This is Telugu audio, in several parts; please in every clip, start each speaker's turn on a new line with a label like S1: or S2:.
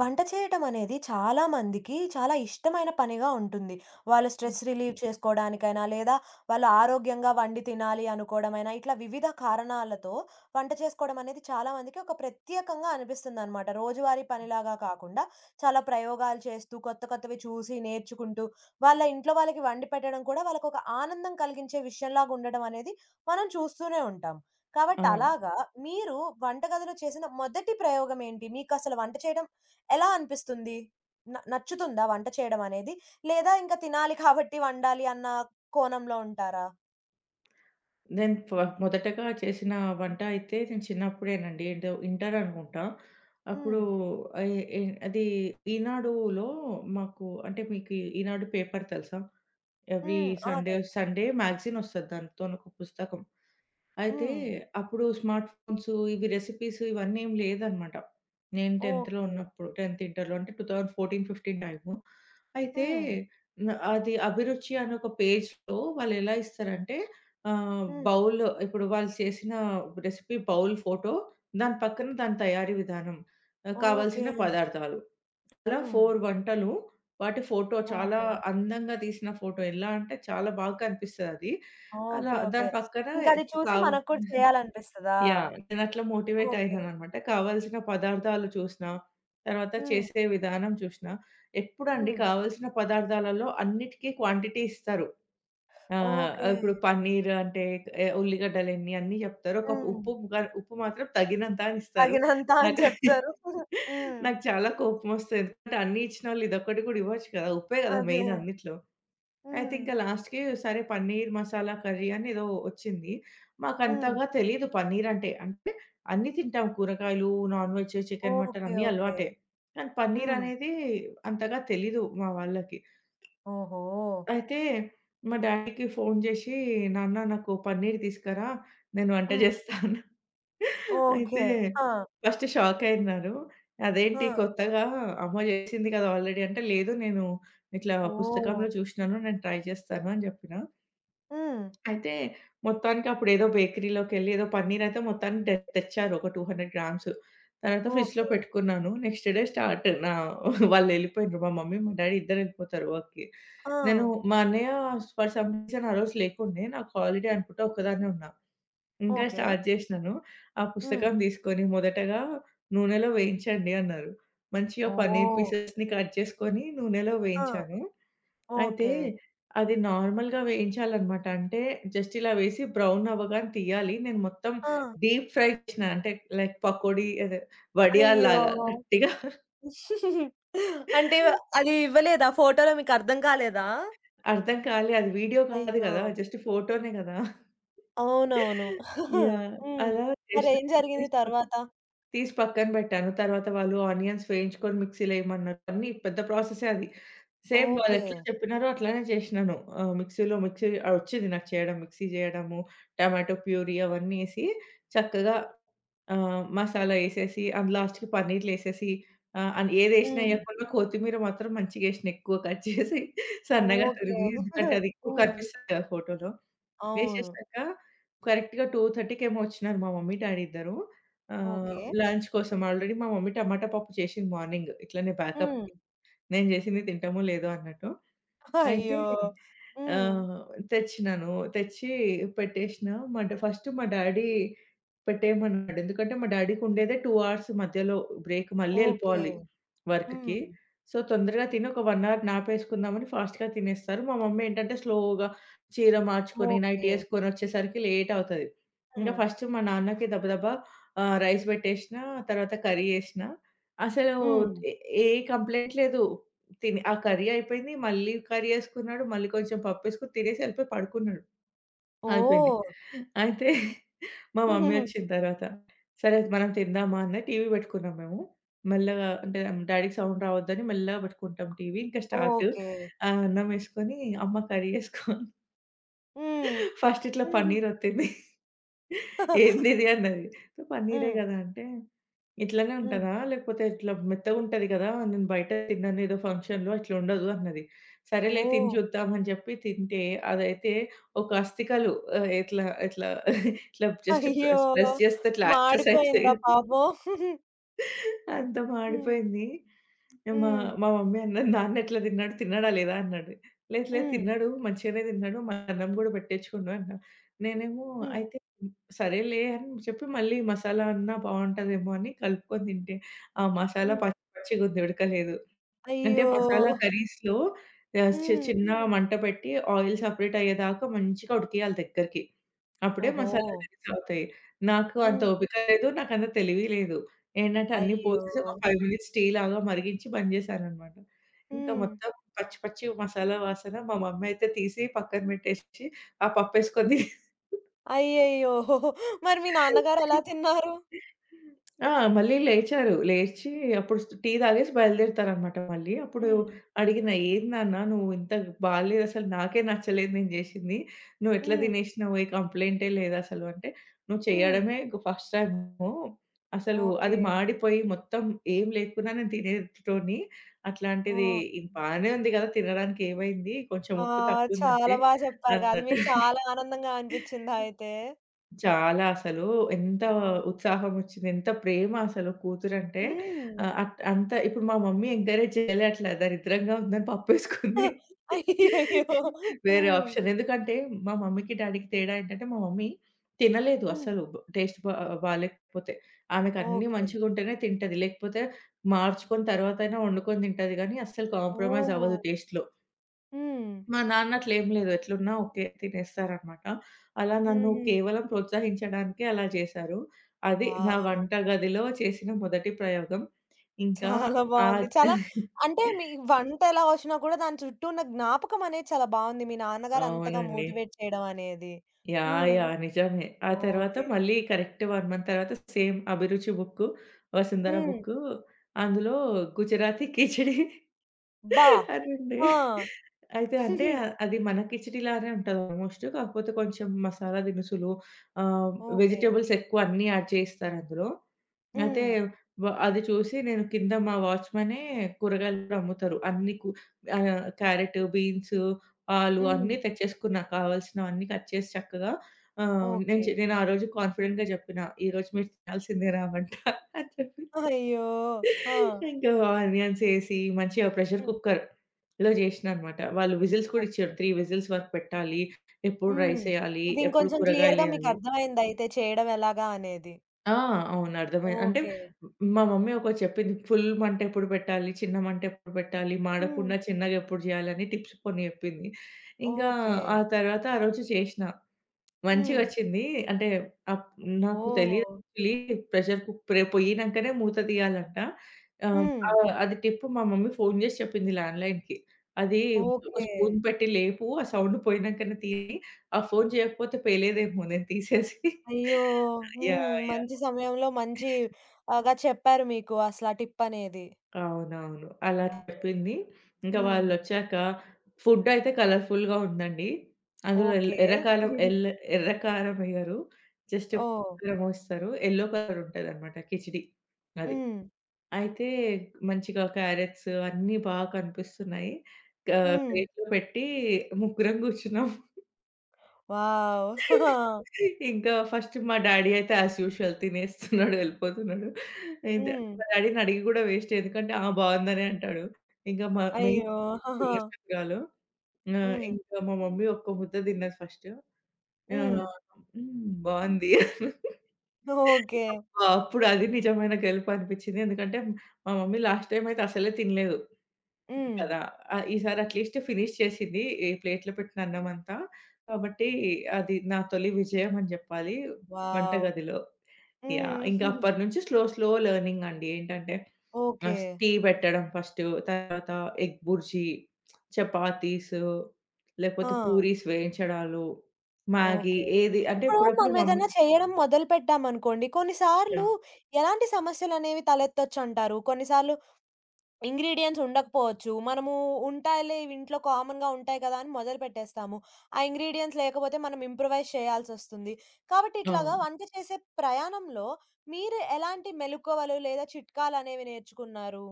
S1: వంట చేయటం అనేది చాలా మందికి చాలా ఇష్టమైన పనిగా ఉంటుంది. వాళ్ళు స్ట్రెస్ రిలీవ్ చేసుకోవడానికైనా, లేదా వాళ్ళు ఆరోగ్యంగా వండి తినాలి అనుకోవడమైనా, ఇట్లా వివిధ కారణాలతో వంట చేసుకోవడం అనేది చాలా మందికి ఒక ప్రత్యేకంగా అనిపిస్తుందనమాట. రోజువారీ పనిలాగా కాకుండా చాలా ప్రయోగాలు చేస్తూ, కొత్త కొత్తవి చూసి నేర్చుకుంటూ, వాళ్ళ ఇంట్లో వాళ్ళకి వండి పెట్టడం కూడా వాళ్ళకొక ఆనందం కలిగించే విషయంలాగా ఉండడం అనేది మనం చూస్తూనే ఉంటాం. కాబట్టి
S2: అవును.
S1: అలాగా మీరు వంటగదిలో చేసిన మొదటి ప్రయోగం ఏంటి? మీకసలు వంట చేయడం ఎలా అనిపిస్తుంది? నచ్చుతుందా వంట చేయడం అనేది? లేదా ఇంకా తినాలి కాబట్టి వండాలి అన్న కోణంలో ఉంటారా?
S2: నేను ఫ మొదటగా చేసిన వంట అయితే నేను చిన్నప్పుడేనండి. ఏంటో ఇంటర్ అనుకుంటా. అప్పుడు
S1: హ్మ్.
S2: ఆహ్, ఎ అది ఈనాడులో మాకు అంటే మీకు ఈనాడు పేపర్ తెలుసా? ఎవ్రీ
S1: హ్మ్. ఆ!
S2: సండే,
S1: తెలుసు.
S2: సండే మ్యాగజైన్ ఒస్తది దాంతోని ఒక పుస్తకం. అయితే
S1: హ్మ్.
S2: అప్పుడు స్మార్ట్ ఫోన్స్ ఇవి రెసిపీస్ ఇవన్నీ ఏం లేదనమాట. నేను 10థ్‌లో
S1: ఓకే.
S2: ఉన్నప్పుడు 10థ్, ఇంటర్‌లో అంటే 2014, 15 టైము. అయితే
S1: హ్మ్.
S2: అది అభిరుచి అనే ఒక పేజ్‌లో వాళ్ళెలా ఇస్తారంటే
S1: హ్మ్.
S2: బౌల్ ఇప్పుడు వాళ్ళు చేసిన రెసిపీ బౌల్ ఫోటో, దాని పక్కన దాని తయారీ విధానం,
S1: ఓకే.
S2: కావాల్సిన పదార్థాలు. అలా
S1: హ్మ్.
S2: 4 వంటలు, వాటి ఫోటో చాలా
S1: ఓహో!
S2: అందంగా తీసిన ఫోటో. ఎలా అంటే చాలా బాగా కనిపిస్తదది. అలా
S1: ఓకే. ఓకే.
S2: దాని పక్కన
S1: ఇంకది చూసి
S2: కావ్
S1: మనకు కూడా చేయాలనిపిస్తదా?
S2: యాహ్, నేనట్లా మోటివేట్
S1: ఓకే.
S2: అయినాననమాట. కావాల్సిన పదార్థాలు చూసిన, తర్వాత
S1: హ్మ్.
S2: చేసే విధానం చూసిన. ఎప్పుడండి
S1: హ్మ్.
S2: కావాల్సిన పదార్థాలలో అన్నిటికి క్వాంటిటీ ఇస్తారు. ఆ!
S1: ఓకే.
S2: ఇప్పుడు పన్నీర్ అంటే ఉల్లిగడ్డలెన్ని అన్నీ జెప్తారు. ఒక
S1: హ్మ్.
S2: ఉప్పు గ ఉప్పు మాత్రం తగినంత అని ఇస్తారు.
S1: తగినంత అని
S2: నాకు
S1: చెప్తారు. హ్మ్.
S2: నాకు చాలా కోపమొస్తది. ఎందుకంటే అన్నీ ఇచ్చినోళ్ళు ఇదొక్కటి గూడా ఇవ్వచ్చు కదా! ఉప్పే గదా!
S1: అదే.
S2: మెయిన్ అన్నిట్లో. అయితే
S1: హ్మ్.
S2: ఇంకా లాస్ట్‌కి సరే పన్నీర్ మసాలా కర్రీ అని ఏదో వచ్చింది.
S1: హ్మ్.
S2: మాకంతగా తెలీదు పన్నీర్ అంటే. అంటే అన్నీ తింటాం కూరగాయలు, non veg, chicken, mutton
S1: okay.
S2: అన్నీ
S1: ఓకే.
S2: అలవాటే. కానీ పన్నీర్
S1: హ్మ్.
S2: అనేది అంతగా తెలీదు మా వాళ్ళకి.
S1: ఓహో!
S2: అయితే మా డ్యాడీకి ఫోను జేషి, "నాన్న నాకు పన్నీర్ తీసుకురా, నేను వంట
S1: హ్మ్.
S2: జేస్తా" అన్నా.
S1: ఓకే.
S2: అయితే
S1: ఆ!
S2: ఫస్ట్ షాకయినారు. అదేంటి
S1: ఆ!
S2: కొత్తగా అమ్మ జేసింది కదా ఆల్రెడీ అంటే, లేదు నేను ఇట్లా
S1: ఓహ్!
S2: పుస్తకంలో చూషినాను, నేను ట్రై జేస్తాను అని జెప్పినా.
S1: హ్మ్.
S2: అయితే మొత్తానికి అప్పుడేదో బేకరీలోకెళ్ళి ఏదో పన్నీర్ అయితే మొత్తానికి తెచ్చారు ఒక 200 గ్రామ్స్. తర్వాత ఫ్రిడ్జ్‌లో
S1: ఓకే.
S2: పెట్టుకున్నాను. నెక్స్ట్ డే స్టార్ట్ నా. వాళ్ళెళ్ళిపోయిండ్రు. మా మమ్మీ, మా డ్యాడీ ఇద్దరెళ్ళిపోతారు వర్క్‌కి.
S1: ఆ!
S2: నేను మా అన్నయ్య ఫర్ సమ్ రీజన్ ఆ రోజు లేకుండే. నాకు హాలిడే అనుకుంటా ఒక్కదాన్నే ఉన్నా. ఇంకా
S1: ఓకే.
S2: స్టార్ట్ చేసినాను. ఆ
S1: హ్మ్.
S2: పుస్తకం తీసుకొని మొదటగా నూనెలో వేయించండి అన్నారు. మంచిగా పన్నీర్
S1: ఓహ్!
S2: పీసెస్‌ని కట్ చేసుకొని నూనెలో
S1: ఆ!
S2: వేయించాను. అయితే
S1: ఓకే.
S2: అది నార్మల్‌గా వేయించాలనమాట. అంటే జస్ట్ ఇలా వేసి బ్రౌన్ అవ్వగానే తీయాలి. నేను మొత్తం
S1: ఆ!
S2: డీప్ ఫ్రై చేసినా. అంటే లైక్ పకోడీ అదే
S1: అయ్యో!
S2: వడియాల్లాగా గట్టిగా.
S1: అంటే అది ఇవ్వలేదా? ఫోటోలో మీకర్థం కాలేదా?
S2: అర్థం కాలే. అది వీడియో కాదు
S1: అయ్యో!
S2: గదా! జస్ట్ ఫోటోనే గదా!
S1: అవునవును.
S2: యాహ్,
S1: హ్మ్.
S2: అలా చేసినా.
S1: మరేం జరిగింది
S2: తీసి ప
S1: తర్వాత?
S2: తీసి పక్కన బెట్టాను. తర్వాత వాళ్ళు ఆనియన్స్ వేయించుకొని మిక్సీలో ఏయమన్నారు. అన్నీ పెద్ద ప్రాసెసే అది. Same
S1: okay.
S2: వాళ్ళెట్లా చెప్పినారో అట్లనే చేసినాను. ఆహ్, మిక్సీలో మిక్సీ ఆహ్, వచ్చింది నాకు చేయడం. మిక్సీ జేయడము, టమాటో ప్యూరీ అవన్నీ ఏసి చక్కగా మసాలా ఏసేసి అండ్ లాస్ట్‌కి పన్నీర్‌లేసేసి ఆహ్, అన్ ఏదేసినా
S1: హ్మ్.
S2: ఎయకుండా కొత్తిమీర మాత్రం మంచిగేసినా ఎక్కువ కట్ చేసి. సన్నగా
S1: ఓకే.
S2: తురిమి ఎందుకంటే అది ఎక్కువ
S1: హ్మ్.
S2: కనిపిస్తది కదా ఫోటోలో.
S1: అవును.
S2: వేసేసాక కరెక్ట్‌గా 2:30కేమో వచ్చినారు మా మమ్మీ, డ్యాడీ ఇద్దరు.
S1: ఓకే.
S2: లంచ్ కోసం ఆల్రెడీ మా మమ్మీ టమాటా పప్పు చేసింది మార్నింగ్. ఇట్లనే
S1: హ్మ్.
S2: బ్యాకప్‌కి. నేను చేసింది తింటామో లేదో అన్నట్టు. అయితే
S1: అయ్యో! హ్మ్.
S2: ఆహ్, తెచ్చినాను. తెచ్చి పెట్టేసిన. మా డా ఫస్ట్ మా డాడీ పెట్టేయమన్నాడు. ఎందుకంటే మా డాడీకుండేదే 2 అవర్స్ మధ్యలో బ్రేక్. మళ్ళీ
S1: ఓకే.
S2: ఎళ్ళిపోవాలి వర్క్‌కి.
S1: హ్మ్.
S2: సో, తొందరగా తిని ఒక 1 అవర్ నాపేసుకుందామని ఫాస్ట్‌గా తినేస్తారు. మా మమ్మీ ఏంటంటే స్లోగా చీర మార్చుకొని, నైటీ
S1: ఓకే.
S2: యేసుకొని వచ్చేసరికి లేట్ అవుతది. ఇంగా
S1: హ్మ్.
S2: ఫస్ట్ మా నాన్నకి దబదబా రైస్ పెట్టేసిన. తర్వాత కర్రీ యేసిన. అసలు
S1: హ్మ్.
S2: ఏ ఏ కంప్లెయింట్ లేదు. తిని ఆ కర్రీ అయిపోయింది. మళ్ళీ కర్రీ యేసుకున్నాడు. మళ్ళీ కొంచెం పప్పేసుకొని తినేసి ఎళ్ళిపోయి పడుకున్నాడు. అయిపోయింది.
S1: ఓహ్!
S2: అయితే మా మమ్మీ వచ్చిన తర్వాత, సరే మనం తిందామా అన్న టీవీ పెట్టుకున్నాం మేము. మెల్లగా అంటే డ్యాడీకి సౌండ్ రావద్దని మెల్లగా పెట్టుకుంటాం టీవీ. ఇంకా స్టార్ట్.
S1: ఓకే.
S2: అన్నం యేసుకొని అమ్మ కర్రీ యేసుకో
S1: హ్మ్.
S2: ఫస్ట్ ఇట్లా
S1: హుహు.
S2: పన్నీర్ ఒత్తింది. ఏందిది అన్నది. సో, పన్నీరే
S1: హ్మ్.
S2: గదా! అంటే, ఇట్లనే
S1: హ్మ్.
S2: ఉంటదా? లేకపోతే ఇట్లా మెత్తగుంటది గదా! నేను బయట తిన్నాను ఏదో ఫంక్షన్‌లో ఇట్లుండదు అన్నది. సరేలే తిని
S1: ఓహ్!
S2: చూద్దాం అని చెప్పి తింటే అదైతే ఒక అస్థికలు ఇట్లా, ఇట్లా, ఇట్లా జస్ట్
S1: అయ్యో!
S2: ప్రెస్ ప్రెస్ చేస్తే ఇట్లా యాషెస్ అయితయి.
S1: మాడిపోయిందా పాపం?
S2: అంతా
S1: హ్మ్.
S2: మాడిపోయింది. మా
S1: హ్మ్.
S2: మా మమ్మీ అన్నది, "నాన్నెట్లా తిన్నాడు? తిన్నాడా లేదా?" అన్నాడు. "లేదు లేదు
S1: హ్మ్.
S2: తిన్నాడు. మంచిగానే తిన్నాడు. మా అన్నం గూడా పెట్టేచ్చుకుండు" అన్నా. నేనేమో
S1: హ్మ్.
S2: అయితే సరేలే అని చెప్పి మళ్ళీ మసాలా అన్నా బావుంటదేమో అని కలుపుకొని తింటే, ఆ మసాలా
S1: హ్మ్.
S2: పచ్చి పచ్చిగుంది ఉడకలేదు. అంటే
S1: అయ్యో!
S2: మసాలా కర్రీస్‌లో ఆహ్, చి
S1: హ్మ్.
S2: చిన్న మంట పెట్టి ఆయిల్ సెపరేట్ అయ్యేదాకా మంచిగా ఉడికియాలి దగ్గరికి. అప్పుడే
S1: ఓహో!
S2: మసాలా కర్రీస్ అవుతాయి. నాకు అంత
S1: హ్మ్.
S2: ఓపిక లేదు. నాకంత తెలివి లేదు. ఏంటంటే అన్నీ
S1: అయ్యో!
S2: పోసేసి ఒక 5 మినిట్స్ టీ లాగా మరిగించి బంద్ చేశాననమాట. ఇంకా
S1: హ్మ్.
S2: మొత్తం పచ్చి పచ్చి మసాలా వాసన మా మమ్మీ అయితే తీసి పక్కన పెట్టేసి ఆ పప్పేసుకొని.
S1: అయ్యయ్యో! మరి మీ నాన్నగారు ఎలా తిన్నారు?
S2: ఆ! మళ్ళీ లేచారు. లేచి అప్పుడు టీ తాగేసి బయలుదేరుతారనమాట మళ్ళీ. అప్పుడు
S1: హ్మ్.
S2: అడిగిన, "ఏంది నాన్న నువ్వు ఇంత బాలేదు అసలు నాకే నచ్చలేదు నేను జేశింది. నువ్వు ఎట్లా
S1: హ్మ్.
S2: తినేశినవు ఏ కంప్లెయింటే లేదసలు" అంటే, "నువ్వు
S1: హ్మ్.
S2: చేయడమే ఫస్ట్ టైము. అసలు
S1: ఓకే.
S2: అది మాడిపోయి మొత్తం ఏం లేకున్నా నేను తినేటోడిని. అట్లాంటిది
S1: ఓహ్!
S2: ఇది బానే ఉంది గదా! తినడానికి ఏమైంది? కొంచెం
S1: ఆ!
S2: ఉప్పు
S1: చాలా
S2: తక్కువుందంతే"
S1: చెప్పారు కదా! అది
S2: అన్నట్టు.
S1: మీకు చాలా ఆనందంగా అనిపిచ్చిందా అయితే?
S2: చాలా అసలు. ఎంత
S1: ఓహ్!
S2: ఉత్సాహమొచ్చింది. ఎంత ప్రేమ అసలు కూతురంటే.
S1: హ్మ్.
S2: ఆహ్, అట్ అంత ఇప్పుడు మా మమ్మీ ఎంకరేజ్ చేయలే అట్లా దరిద్రంగా ఉందని పప్పేసుకుంది.
S1: అయ్యయ్యో!
S2: వేరే
S1: హ్మ్.
S2: ఆప్షన్. ఎందుకంటే మా మమ్మీకి, డ్యాడీకి తేడా ఏంటంటే మా మమ్మీ తినలేదు
S1: హ్మ్.
S2: అసలు. టేస్ట్ బా బాలేకపోతే. ఆమెకన్నీ
S1: ఓకే.
S2: మంచిగుంటేనే తింటది. లేకపోతే మార్చుకొని తర్వాతైనా వండుకొని తింటది గానీ అస్సలు కాంప్రమైజ్
S1: ఓహ్!
S2: అవ్వదు టేస్ట్‌లో.
S1: హ్మ్.
S2: మా నాన్న అట్లేం లేదు. ఎట్లున్నా ఓకే. తినేస్తారనమాట. అలా నన్ను
S1: హుహు.
S2: కేవలం ప్రోత్సహించడానికే అలా చేశారు. అది నా
S1: వావ్!
S2: వంట గదిలో చేసిన మొదటి ప్రయోగం. ఇంకా
S1: చాలా
S2: ఆ
S1: బావుంది. చాలా అంటే మీ వంట ఎలా వచ్చినా కూడా దాని చుట్టూ ఉన్న జ్ఞాపకం అనేది చాలా బావుంది. మీ నాన్నగారు అంతగా
S2: అవునండి.
S1: మోటివేట్ చేయడం అనేది.
S2: యాహ్!
S1: హ్మ్.
S2: యాహ్! నిజమే. ఆ తర్వాత
S1: ఓకే.
S2: మళ్ళీ కరెక్ట్ 1 మంత్ తర్వాత సేమ్ అభిరుచి బుక్కు, వసుంధర
S1: హ్మ్.
S2: బుక్కు అందులో గుజరాతీ కిచిడి
S1: అబ్బా!
S2: అదండి.
S1: ఆ!
S2: అయితే అంటే అది మన కిచిడిలానే ఉంటది ఆల్‌మోస్ట్. కాకపోతే కొంచెం మసాలా దినుసులు ఆహ్,
S1: ఓకే.
S2: వెజిటబుల్స్ ఎక్కువ అన్నీ యాడ్ చేయిస్తారందులో. అయితే
S1: హ్మ్.
S2: అది చూసి నేను కింద మా వాచ్‌మనే కూరగాయలు కూడా అమ్ముతారు. క్యారెట్, బీన్స్, ఆలు
S1: హ్మ్.
S2: అన్నీ తెచ్చేసుకున్నా కావాల్సినవన్నీ కట్ చేసి చక్కగా. ఆహ్, నేను
S1: ఓకే.
S2: చే నేను ఆ రోజు కాన్ఫిడెంట్‌గా జెప్పిన, "ఈరోజు మీరు తినాల్సిందే నా వంట" అని చెప్పి.
S1: అయ్యో! ఆ!
S2: ఇంకా ఆనియన్స్ ఏసి మంచిగా ప్రెషర్
S1: హ్మ్.
S2: కుక్కర్‌లో జేసిననమాట. వాళ్ళు విజిల్స్ కూడా
S1: ఓకే.
S2: ఇచ్చారు. 3 విజిల్స్ వరకు పెట్టాలి. ఎప్పుడు
S1: హ్మ్.
S2: రైస్ ఎయాలి,
S1: ఇది
S2: ఎప్పుడు
S1: ఇంకొంచెం క్లియర్‌గా
S2: కూరగాయలేయాలి.
S1: మీకర్థమైందయితే చేయడం ఎలాగా అనేది.
S2: ఆ! అవును. అర్థమైంది. అంటే
S1: ఓకే.
S2: మా మమ్మీ ఒకటి చెప్పింది. ఫుల్ మంట ఎప్పుడు పెట్టాలి, చిన్న మంట ఎప్పుడు పెట్టాలి,
S1: హ్మ్.
S2: మాడకుండా చిన్నగా ఎప్పుడు జేయాలని టిప్స్ కొన్ని జెప్పింది. ఇంకా
S1: ఓకే.
S2: ఆ తర్వాత ఆ రోజు చేసిన.
S1: హ్మ్.
S2: మంచిగొచ్చింది. అంటే అప్ నాకు తెలీదు
S1: ఓహ్!
S2: యాక్చువల్లీ ప్రెషర్ కుక్ పొయ్యినంకనే మూత తీయాలంట. ఆహ్,
S1: హ్మ్.
S2: ఆహ్, అది టిప్ మా మమ్మీ ఫోను జేసి చెప్పింది ల్యాండ్‌లైన్‌కి. అది ఒక
S1: ఓకే.
S2: స్పూన్ పెట్టి లేపు, ఆ సౌండ్ పోయినంకనే తీయి. ఆ ఫోను చేయకపోతే పేలేదేమో నేను తీసేసి.
S1: అయ్యో! హ్మ్.
S2: యాహ్! యాహ్!
S1: మంచి సమయంలో మంచి ఆగా చెప్పారు మీకు అసలా టిప్ అనేది.
S2: అవునవును.
S1: ఆ!
S2: అలా
S1: ఓకే.
S2: చెప్పింది. ఇంకా
S1: హ్మ్.
S2: వాళ్ళొచ్చాక ఫుడ్డయితే కలర్‌ఫుల్‌గా ఉందండి. అందులో ఎల్
S1: ఓకే.
S2: ఎర్ర కారం ఎల్ ఎర్ర కారం ఎయ్యరు. జస్ట్
S1: ఓహ్!
S2: కారమేస్తారు. యెల్లో కలర్ ఉంటదనమాట కిచిడి. అది.
S1: హ్మ్.
S2: అయితే మంచిగా క్యారెట్స్ అన్నీ బా కనిపిస్తున్నాయి. క
S1: హ్మ్.
S2: ప్లేట్‌లో పెట్టి ముగ్గురం కూర్చున్నాం.
S1: వావ్!
S2: ఇంకా ఫస్ట్ మా డాడీ అయితే యాజ్ యూజువల్ తినేస్తున్నాడు, వెళ్ళిపోతున్నాడు. అయితే
S1: హ్మ్.
S2: మా డాడీని అడిగి గూడా వేస్ట్ ఎందుకంటే ఆ! బావుందనే అంటాడు. ఇంకా మా మెయిన్
S1: అయ్యో!
S2: విమర్శకురాలు. ఆ!
S1: హ్మ్.
S2: ఇంకా మా మమ్మీ ఒక్క ముద్ద తిన్నది ఫస్ట్. ఆహ్,
S1: హ్మ్.
S2: హ్మ్. బావుంది.
S1: ఓకే.
S2: అబ్బా! అప్పుడు అది నిజమైన గెలుపు అనిపించింది. ఎందుకంటే మా మమ్మీ లాస్ట్ టైమ్ అయితే అసలే తినలేదు
S1: హ్మ్.
S2: కదా! ఈసారి అట్‌లీస్ట్ ఫినిష్ చేసింది. ఈ ప్లేట్‌లో పెట్టిన అన్నమంతా. కాబట్టి అది నా తొలి విజయం అని జెప్పాలి
S1: వావ్!
S2: వంటగదిలో.
S1: హ్మ్.
S2: యాహ్! ఇంక అప్పటినుంచి స్లో, స్లో లెర్నింగ్ అండి. ఏంటంటే
S1: ఓకే.
S2: టీ పెట్టడం ఫస్టు. తర్వాత ఎగ్ బుర్జీ, చపాతీసు, లేకపోతే
S1: ఆ!
S2: పూరీస్ వేయించడాలు, మ్యాగీ
S1: ఓకే.
S2: ఏది అంటే
S1: ఇప్పుడు
S2: ఇప్పుడప్పుడు
S1: మనం
S2: మమ్మీ.
S1: ఏదైనా చేయడం మొదలుపెట్టామనుకోండి, కొన్నిసార్లు
S2: యాహ్!
S1: ఎలాంటి సమస్యలనేవి తలెత్తొచ్చంటారు? కొన్నిసార్లు ఇంగ్రీడియెంట్స్ ఉండకపోవచ్చు. మనము ఉంటాయిలే ఇవి ఇంట్లో కామన్‌గా ఉంటాయి కదా! అని మొదలుపెట్టేస్తాము. ఆ ఇంగ్రీడియెంట్స్ లేకపోతే మనం ఇంప్రూవైజ్ చేయాల్సొస్తుంది. కాబట్టి ఇట్లాగా
S2: అవును.
S1: వంట చేసే ప్రయాణంలో మీరు ఎలాంటి మెళకువలు లేదా చిట్కాలనేవి నేర్చుకున్నారు?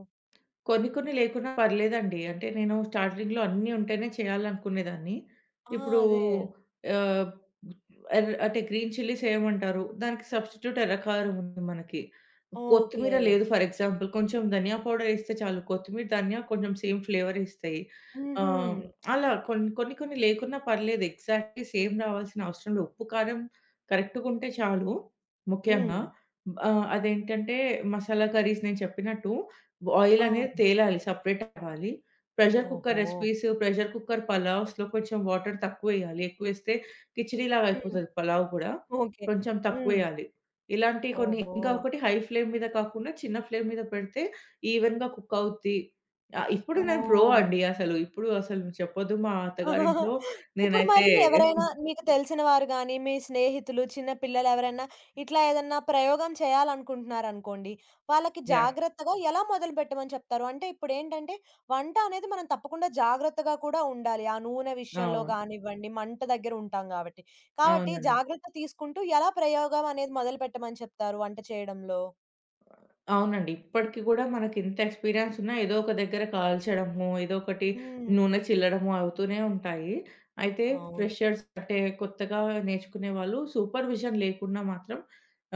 S2: కొన్ని కొన్ని లేకున్నా పర్లేదండి. అంటే నేను స్టార్టింగ్‌లో అన్నీ ఉంటేనే చేయాలనుకునేదాన్ని.
S1: ఆ!
S2: ఇప్పుడు
S1: అదే.
S2: ఆహ్, ఎర్ర అంటే గ్రీన్ చిల్లీస్ ఏయమంటారు. దానికి సబ్‌స్టిట్యూట్ ఎర్రకారం ఉంది మనకి.
S1: ఓకే.
S2: కొత్తిమీర లేదు ఫర్ ఎగ్జాంపుల్. కొంచెం ధనియా పౌడర్ ఏస్తే చాలు. కొత్తిమీర, ధనియా కొంచెం సేమ్ ఫ్లేవర్ ఇస్తాయి.
S1: హుహు.
S2: ఆహ్, అలా కొన్ని కొన్ని కొన్ని లేకున్నా పర్లేదు. ఎగ్జాక్ట్‌లీ సేమ్ రావాల్సిన అవసరం లేదు. ఉప్పు, కారం కరెక్ట్‌గా ఉంటే చాలు ముఖ్యంగా.
S1: హ్మ్.
S2: అదేంటంటే మసాలా కర్రీస్ నేను చెప్పినట్టు ఆయిల్ అనేది
S1: అవును.
S2: తేలాలి. సెపరేట్ అవ్వాలి. ప్రెషర్ కుక్కర్
S1: ఓహో!
S2: రెసిపీస్, ప్రెషర్ కుక్కర్ పలావ్స్‌లో కొంచెం వాటర్ తక్కువేయాలి. ఎక్కువేస్తే కిచిడీలాగా
S1: హ్మ్.
S2: అయిపోతది పలావ్ కూడా.
S1: ఓకే.
S2: కొంచెం
S1: హ్మ్.
S2: తక్కువేయాలి. ఇలాంటి కొన్ని
S1: ఓహో!
S2: ఇంకా ఒకటి హై ఫ్లేమ్ మీద కాకుండా చిన్న ఫ్లేమ్ మీద పెడితే ఈవెన్‌గా కుక్ అవుద్ది. ఇప్పుడు నేను ప్రో
S1: ఓహ్!
S2: అండి అసలు. ఇప్పుడు అసలు చెప్పొద్దు మా అత్తగారింట్లో
S1: ఇప్పుడు
S2: నేనైతే.
S1: మరి ఎవరైనా మీకు తెలిసిన వారు గాని, మీ స్నేహితులు, చిన్న పిల్లలెవరైనా ఇట్లా ఏదన్నా ప్రయోగం చేయాలనుకుంటున్నారనుకోండి, వాళ్ళకి
S2: యాహ్!
S1: జాగ్రత్తగా ఎలా మొదలుపెట్టమని చెప్తారు? అంటే ఇప్పుడేంటంటే వంట అనేది మనం తప్పకుండా జాగ్రత్తగా కూడా ఉండాలి. ఆ నూనె విషయంలో
S2: అవును.
S1: గానివ్వండి, మంట దగ్గర ఉంటాం గాబట్టి. కాబట్టి
S2: అవునండి.
S1: జాగ్రత్త తీసుకుంటూ ఎలా ప్రయోగం అనేది మొదలుపెట్టమని చెప్తారు వంట చేయడంలో?
S2: అవునండి. ఇప్పటికి గూడా మనకింత ఎక్స్‌పీరియన్స్ ఉన్నా ఏదో ఒక దగ్గర కాల్చడము, ఏదో ఒకటి
S1: హ్మ్.
S2: నూనె చిల్లడము అవుతూనే ఉంటాయి. అయితే
S1: అవును.
S2: ఫ్రెషర్స్ అంటే కొత్తగా నేర్చుకునే వాళ్ళు సూపర్విజన్ లేకుండా మాత్రం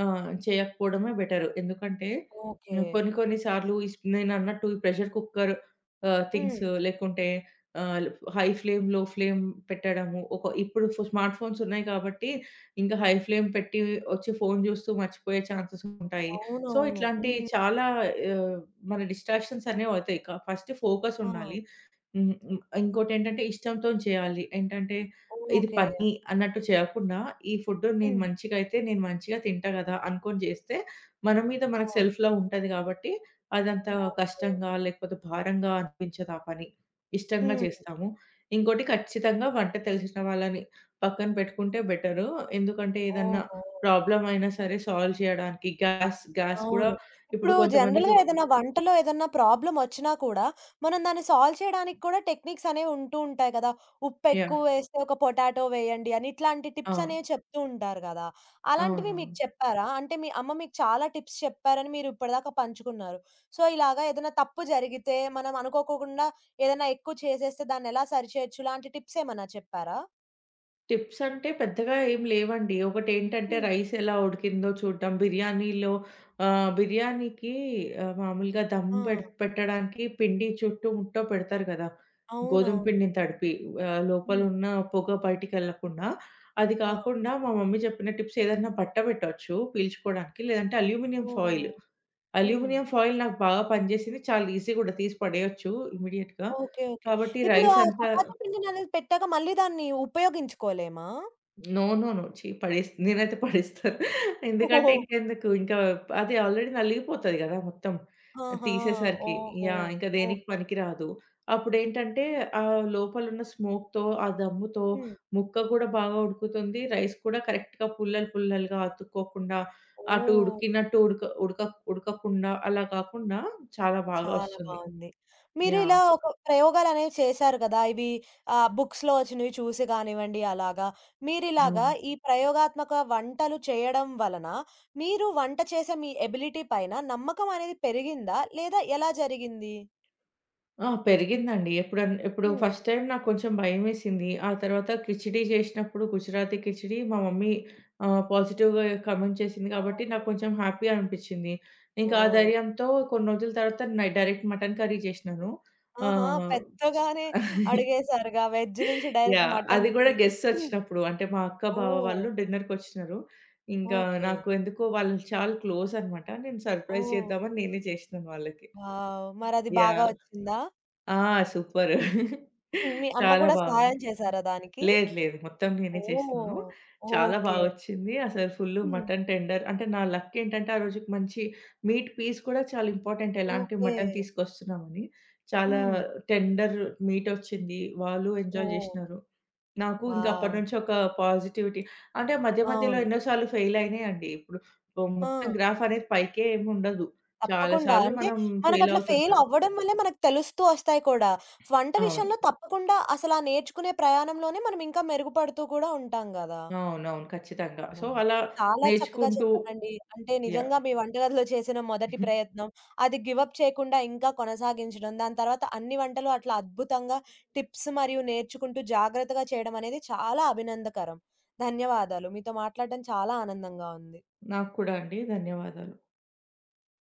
S2: చేయకపోవడమే బెటరు. ఎందుకంటే
S1: ఓకే.
S2: కొన్ని కొన్ని సార్లు నేనన్నట్టు ఈ ప్రెషర్ కుక్కర్
S1: హ్మ్.
S2: థింగ్స్ లేకుంటే ఆహ్, హై ఫ్లేమ్, లో ఫ్లేమ్ పెట్టడము. ఇప్పుడు స్మార్ట్ ఫోన్స్ ఉన్నాయి కాబట్టి, ఇంకా హై ఫ్లేమ్ పెట్టి వచ్చి ఫోను జూస్తూ మర్చిపోయే ఛాన్సెస్ ఉంటాయి. సో,
S1: అవునవును.
S2: ఇట్లాంటి
S1: హ్మ్.
S2: చాలా ఆహ్, మన డిస్ట్రాక్షన్స్ అనేవవుతాయి. ఫస్ట్
S1: ఆ!
S2: ఫోకసుండాలి. హ్మ్. హ్మ్. ఇంకోటేంటంటే ఇష్టంతోని చేయాలి. ఏంటంటే, ఇది
S1: ఓకే.
S2: పని అన్నట్టు చేయకుండా, ఈ ఫుడ్ నేను
S1: హ్మ్.
S2: మంచిగయితే, నేను మంచిగా తింటా గదా! అనుకోని జేస్తే, మన మీద మనకు
S1: అవును.
S2: సెల్ఫ్ లవ్ ఉంటది గాబట్టి, అదంత
S1: ఓకే.
S2: కష్టంగా, లేకపోతే భారంగా అనిపించదు ఆ పని. ఇష్టంగా
S1: హ్మ్.
S2: చేస్తాము. ఇంకోటి ఖచ్చితంగా వంట తెలిసిన వాళ్ళని పక్కన పెట్టుకుంటే బెటరు. ఎందుకంటే, ఏదన్నా
S1: ఓహో!
S2: ప్రాబ్లమ్ అయినా సరే సాల్వ్ చేయడానికి గ్యాస్ గ్యాస్ కూడా
S1: అవును.
S2: ఇప్పుడు
S1: ఇప్పుడు జనరల్‌గా
S2: కొంతమందికి.
S1: ఏదైనా వంటలో ఏదన్నా ప్రాబ్లమొచ్చినా కూడా, మనం దాన్ని సాల్వ్ చేయడానికి కూడా టెక్నిక్స్ అనేవి ఉంటూ ఉంటాయి కదా!
S2: యాహ్!
S1: ఉప్పెక్కువ వేస్తే ఒక పొటాటో వేయండి అని, ఇట్లాంటి టిప్స్
S2: అవును.
S1: అనేవి చెప్తూ ఉంటారు కదా! అలాంటివి
S2: అవునవును.
S1: మీకు చెప్పారా? అంటే మీ అమ్మ మీకు చాలా టిప్స్ చెప్పారని మీరు ఇప్పటిదాకా పంచుకున్నారు. సో, ఇలాగా ఏదైనా తప్పు జరిగితే మనం అనుకోకోకుండా ఏదైనా ఎక్కువ చేసేస్తే దాన్నెలా సరిచేయొచ్చు ఇలాంటి టిప్స్ ఏమన్నా చెప్పారా?
S2: టిప్స్ అంటే పెద్దగా ఏం లేవండి. ఒకటేంటంటే
S1: హ్మ్.
S2: రైస్ ఎలా ఉడికిందో చూడడం. బిర్యానీకి మామూలుగా దమ్
S1: ఆ!
S2: పెడ్ పెట్టడానికి పిండి చుట్టూ ముట్టో పెడతారు గదా! గోధుమ
S1: అవునవును.
S2: పిండిని తడిపి
S1: హ్మ్.
S2: లోపలున్న పొగ బయటికెళ్ళకుండా. అది
S1: ఆ!
S2: కాకుండా మా మమ్మీ చెప్పిన టిప్స్ ఏదన్నా బట్ట పెట్టొచ్చు పీల్చుకోవడానికి. లేదంటే అల్యూమినియం ఫాయిల్.
S1: ఓహ్! హ్మ్.
S2: అల్యూమినియం ఫాయిల్ నాకు బాగా పనిచేసింది. చాలా ఈజీ గూడా తీసి పడేయొచ్చు ఇమ్మీడియేట్‌గా.
S1: ఓకే. ఓకే.
S2: కాబట్టి
S1: ఇప్పుడు
S2: రైస్
S1: ఆ
S2: అంతా.
S1: చపాతీ పిండిననేది పెట్టాక మళ్ళీ దాన్ని ఉపయోగించుకోలేమా?
S2: నో. నో. నో. ఛీ! నేనైతే పడేస్తాను. ఎందుకంటే
S1: ఓహో!
S2: ఇంకెందుకు ఇంకా అది ఆల్రెడీ నలిగిపోతది గదా! మొత్తం
S1: ఆహా!
S2: తీసేసరికి.
S1: ఓహో!
S2: యాహ్! ఇంకా దేనికి
S1: ఓకే.
S2: పనికిరాదు. అప్పుడేంటంటే లోపలున్న స్మోక్‌తో, ఆ దమ్ముతో
S1: హ్మ్.
S2: ముక్క గూడా బాగా ఉడుకుతుంది. రైస్ కూడా కరెక్ట్‌గా పుల్లలు, పుల్లలుగా అతుక్కోకుండా అటు
S1: ఓహ్!
S2: ఉడికినట్టు ఉడక ఉడక ఉడకకుండా అలా కాకుండా చాలా బాగా
S1: చాలా
S2: వస్తుంది.
S1: బావుంది. మీరు ఇలా
S2: యాహ్!
S1: ఒక ప్రయోగాలనేవి చేశారు కదా! ఇవి బుక్స్‌లో వచ్చినవి చూసి కానివ్వండి అలాగా. మీరిలాగా
S2: అవును.
S1: ఈ ప్రయోగాత్మక వంటలు చేయడం వలన మీరు వంట చేసే మీ ఎబిలిటీ పైన నమ్మకం అనేది పెరిగిందా? లేదా ఎలా జరిగింది?
S2: ఆ! పెరిగిందండి. ఎప్పుడన్ ఇప్పుడు
S1: హ్మ్.
S2: ఫస్ట్ టైమ్ నాకు కొంచెం భయమేసింది. ఆ తర్వాత కిచిడీ చేసినప్పుడు గుజరాతీ కిచిడీ మా మమ్మీ పాజిటివ్‌గా కామెంట్ చేసింది
S1: ఆ!
S2: కాబట్టి నాకు కొంచెం హ్యాపీ అనిపిచ్చింది. ఇంకా ఆ
S1: ఓహ్!
S2: ధైర్యంతో కొన్ని రోజుల తర్వాత డైరెక్ట్ మటన్ కర్రీ చేసినాను.
S1: ఆహా!
S2: ఆహ్,
S1: పెద్దగానే అడిగేసారుగా వెజ్ నుంచి డైరెక్ట్
S2: యాహ్! అది కూడా
S1: మటన్‌కి.
S2: గెస్ట్స్
S1: హ్మ్.
S2: వచ్చినప్పుడు అంటే మా అక్క, బావ
S1: ఓహ్!
S2: వాళ్ళు డిన్నర్‌కొచ్చినారు. ఇంకా
S1: ఓకే.
S2: నాకు ఎందుకో వాళ్ళు చాలా క్లోజ్ అనమాట. నేను సర్ప్రైజ్
S1: ఓహ్!
S2: చేద్దామని నేనే చేసినాను వాళ్ళకి.
S1: వావ్! మరది బాగా
S2: యాహ్!
S1: వచ్చిందా?
S2: ఆ! సూపర్.
S1: హ్మ్. మీ అమ్మ
S2: చాలా
S1: కూడా సహాయం
S2: బాగుంది.
S1: చేసారా దానికి?
S2: లేదు, లేదు. మొత్తం నేనే
S1: ఓహ్!
S2: చేసినాను. చాలా
S1: ఓకే.
S2: బాగొచ్చింది. అసలు ఫుల్లు
S1: హ్మ్.
S2: మటన్ టెండర్ అంటే నా లక్ ఏంటంటే ఆ రోజుకి మంచి మీట్ పీస్ కూడా చాలా ఇంపార్టెంట్. ఎలాంటి
S1: ఓకే.
S2: మటన్ తీసుకొస్తున్నామని. చాలా
S1: హ్మ్.
S2: టెండర్ మీట్ ఒచ్చింది. వాళ్ళు ఎంజాయ్
S1: ఓహ్!
S2: జేసినారు. నాకు ఇంకా అప్పటి
S1: వావ్!
S2: నుంచి ఒక పాజిటివిటీ. అంటే మధ్య మధ్యలో
S1: అవును.
S2: ఎన్నో సార్లు ఫెయిల్ అయినాయండి. ఇప్పుడు
S1: ఆ!
S2: మొత్తం గ్రాఫ్ అనేది పైకే ఏముండదు. చాలా
S1: తప్పకుండా.
S2: సార్లు
S1: అంటే
S2: మనం ఫెయిల్
S1: మనకట్లా ఫెయిల్
S2: అవుతుంటాం.
S1: అవ్వడం వల్లే మనకు తెలుస్తూ వస్తాయి కూడా. వంట
S2: అవును.
S1: విషయంలో తప్పకుండా అసలా నేర్చుకునే ప్రయాణంలోనే మనం ఇంకా మెరుగుపడుతూ కూడా ఉంటాం గదా!
S2: అవునవును. ఖచ్చితంగా. సో,
S1: అవునండి.
S2: అలా
S1: చాలా చక్కగా
S2: నేర్చుకుంటూ.
S1: చెప్పారండి. అంటే నిజంగా
S2: యాహ్!
S1: మీ వంటగదిలో చేసిన మొదటి ప్రయత్నం, అది గివ్ అప్ చేయకుండా ఇంకా కొనసాగించడం, దాని తర్వాత అన్ని వంటలు అట్లా అద్భుతంగా టిప్స్ మరియు నేర్చుకుంటూ జాగ్రత్తగా చేయడం అనేది చాలా అభినందకరం. ధన్యవాదాలు. మీతో మాట్లాడడం చాలా ఆనందంగా ఉంది.
S2: నాకు కూడా అండి. ధన్యవాదాలు.